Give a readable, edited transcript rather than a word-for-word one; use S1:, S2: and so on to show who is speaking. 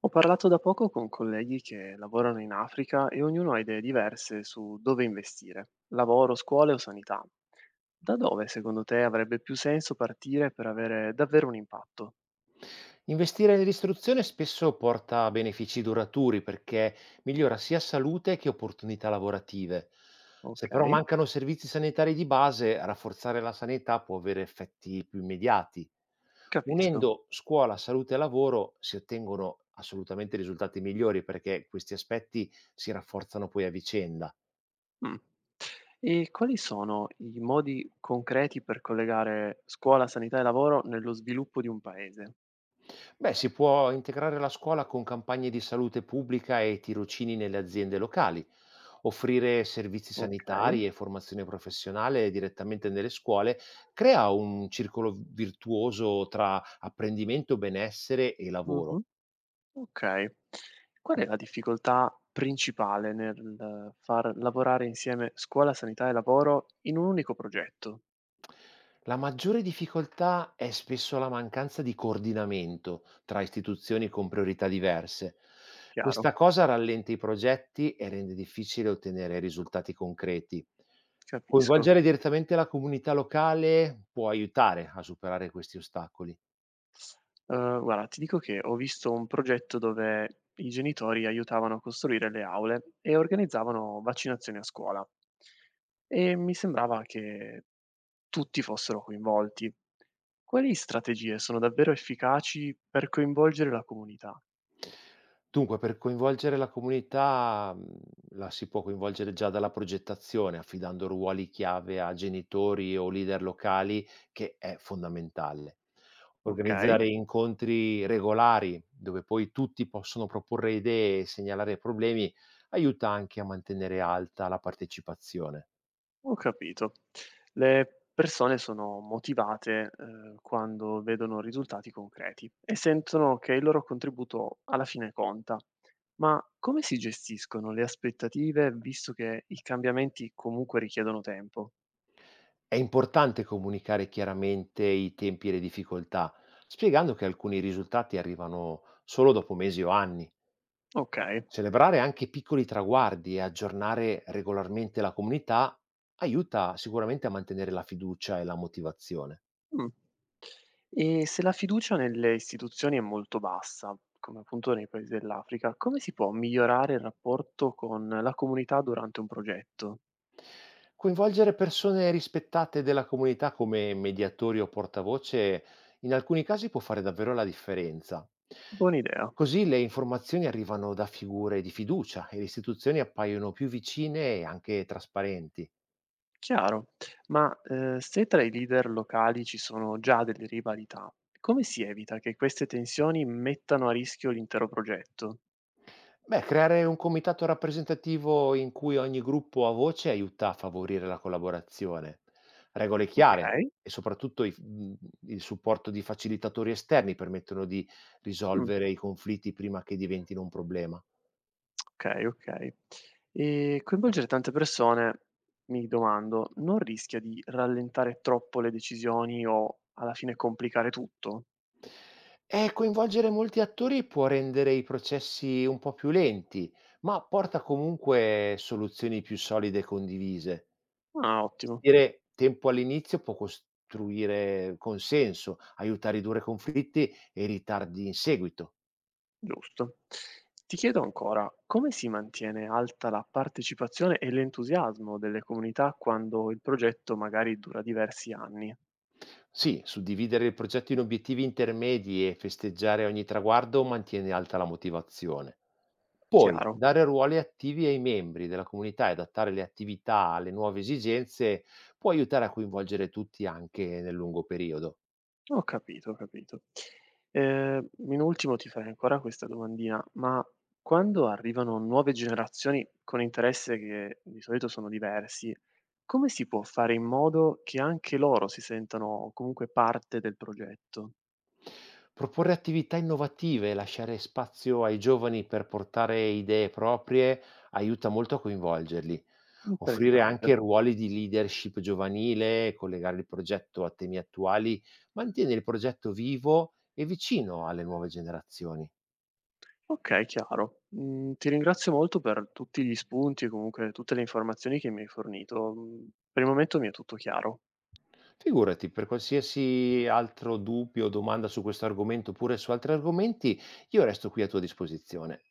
S1: Ho parlato da poco con colleghi che lavorano in Africa e ognuno ha idee diverse su dove investire, lavoro, scuole o sanità. Da dove secondo te avrebbe più senso partire per avere davvero un impatto?
S2: Investire nell'istruzione spesso porta a benefici duraturi perché migliora sia salute che opportunità lavorative. Se
S1: Ok,
S2: però mancano servizi sanitari di base, rafforzare la sanità può avere effetti più immediati.
S1: capisco.
S2: Unendo scuola, salute e lavoro si ottengono assolutamente risultati migliori perché questi aspetti si rafforzano poi a vicenda.
S1: Mm. E quali sono i modi concreti per collegare scuola, sanità e lavoro nello sviluppo di un paese?
S2: Beh, si può integrare la scuola con campagne di salute pubblica e tirocini nelle aziende locali, offrire servizi
S1: Ok.
S2: sanitari e formazione professionale direttamente nelle scuole, crea un circolo virtuoso tra apprendimento, benessere e
S1: Mhm.
S2: lavoro.
S1: Okay. Qual è la difficoltà principale nel far lavorare insieme scuola, sanità e lavoro in un unico progetto?
S2: La maggiore difficoltà è spesso la mancanza di coordinamento tra istituzioni con priorità diverse.
S1: Chiaro,
S2: Questa cosa rallenta i progetti e rende difficile ottenere risultati concreti.
S1: capisco.
S2: Coinvolgere direttamente la comunità locale può aiutare a superare questi ostacoli.
S1: Guarda, ti dico che ho visto un progetto dove i genitori aiutavano a costruire le aule e organizzavano vaccinazioni a scuola e mi sembrava che tutti fossero coinvolti. Quali strategie sono davvero efficaci per coinvolgere la comunità?
S2: Dunque, per coinvolgere la comunità, la si può coinvolgere già dalla progettazione, affidando ruoli chiave a genitori o leader locali, che è fondamentale.
S1: Okay.
S2: Organizzare incontri regolari, dove poi tutti possono proporre idee e segnalare problemi, aiuta anche a mantenere alta la partecipazione.
S1: Ho capito. Le persone sono motivate, quando vedono risultati concreti e sentono che il loro contributo alla fine conta. Ma come si gestiscono le aspettative, visto che i cambiamenti comunque richiedono tempo?
S2: È importante comunicare chiaramente i tempi e le difficoltà, spiegando che alcuni risultati arrivano solo dopo mesi o anni.
S1: Okay.
S2: Celebrare anche piccoli traguardi e aggiornare regolarmente la comunità aiuta sicuramente a mantenere la fiducia e la motivazione.
S1: Mh. E se la fiducia nelle istituzioni è molto bassa, come appunto nei paesi dell'Africa, come si può migliorare il rapporto con la comunità durante un progetto?
S2: Coinvolgere persone rispettate della comunità come mediatori o portavoce in alcuni casi può fare davvero la differenza.
S1: Buona idea.
S2: Così le informazioni arrivano da figure di fiducia e le istituzioni appaiono più vicine e anche trasparenti.
S1: Chiaro, ma, se tra i leader locali ci sono già delle rivalità, come si evita che queste tensioni mettano a rischio l'intero progetto?
S2: Beh, creare un comitato rappresentativo in cui ogni gruppo ha voce aiuta a favorire la collaborazione. Regole chiare
S1: Okay,
S2: e soprattutto il supporto di facilitatori esterni permettono di
S1: mh,
S2: risolvere i conflitti prima che diventino un problema.
S1: okay, okay. E coinvolgere tante persone, mi domando, non rischia di rallentare troppo le decisioni o alla fine complicare tutto?
S2: E coinvolgere molti attori può rendere i processi un po' più lenti, ma porta comunque soluzioni più solide e condivise.
S1: Ah, ottimo.
S2: Investire tempo all'inizio può costruire consenso, aiuta a ridurre conflitti e ritardi in seguito.
S1: Giusto. Ti chiedo ancora, come si mantiene alta la partecipazione e l'entusiasmo delle comunità quando il progetto magari dura diversi anni?
S2: Sì, suddividere il progetto in obiettivi intermedi e festeggiare ogni traguardo mantiene alta la motivazione. Poi,
S1: Chiaro?
S2: dare ruoli attivi ai membri della comunità e adattare le attività alle nuove esigenze può aiutare a coinvolgere tutti anche nel lungo periodo.
S1: Ho capito, ho capito. In ultimo ti farei ancora questa domandina, ma quando arrivano nuove generazioni con interesse che di solito sono diversi, come si può fare in modo che anche loro si sentano comunque parte del progetto?
S2: Proporre attività innovative e lasciare spazio ai giovani per portare idee proprie aiuta molto a coinvolgerli. Offrire
S1: Interessante.
S2: anche ruoli di leadership giovanile, collegare il progetto a temi attuali, mantiene il progetto vivo e vicino alle nuove generazioni.
S1: Okay, chiaro. Mhmm, Ti ringrazio molto per tutti gli spunti e comunque tutte le informazioni che mi hai fornito. Mhmm, per il momento mi è tutto chiaro.
S2: Figurati, per qualsiasi altro dubbio o domanda su questo argomento oppure su altri argomenti, io resto qui a tua disposizione.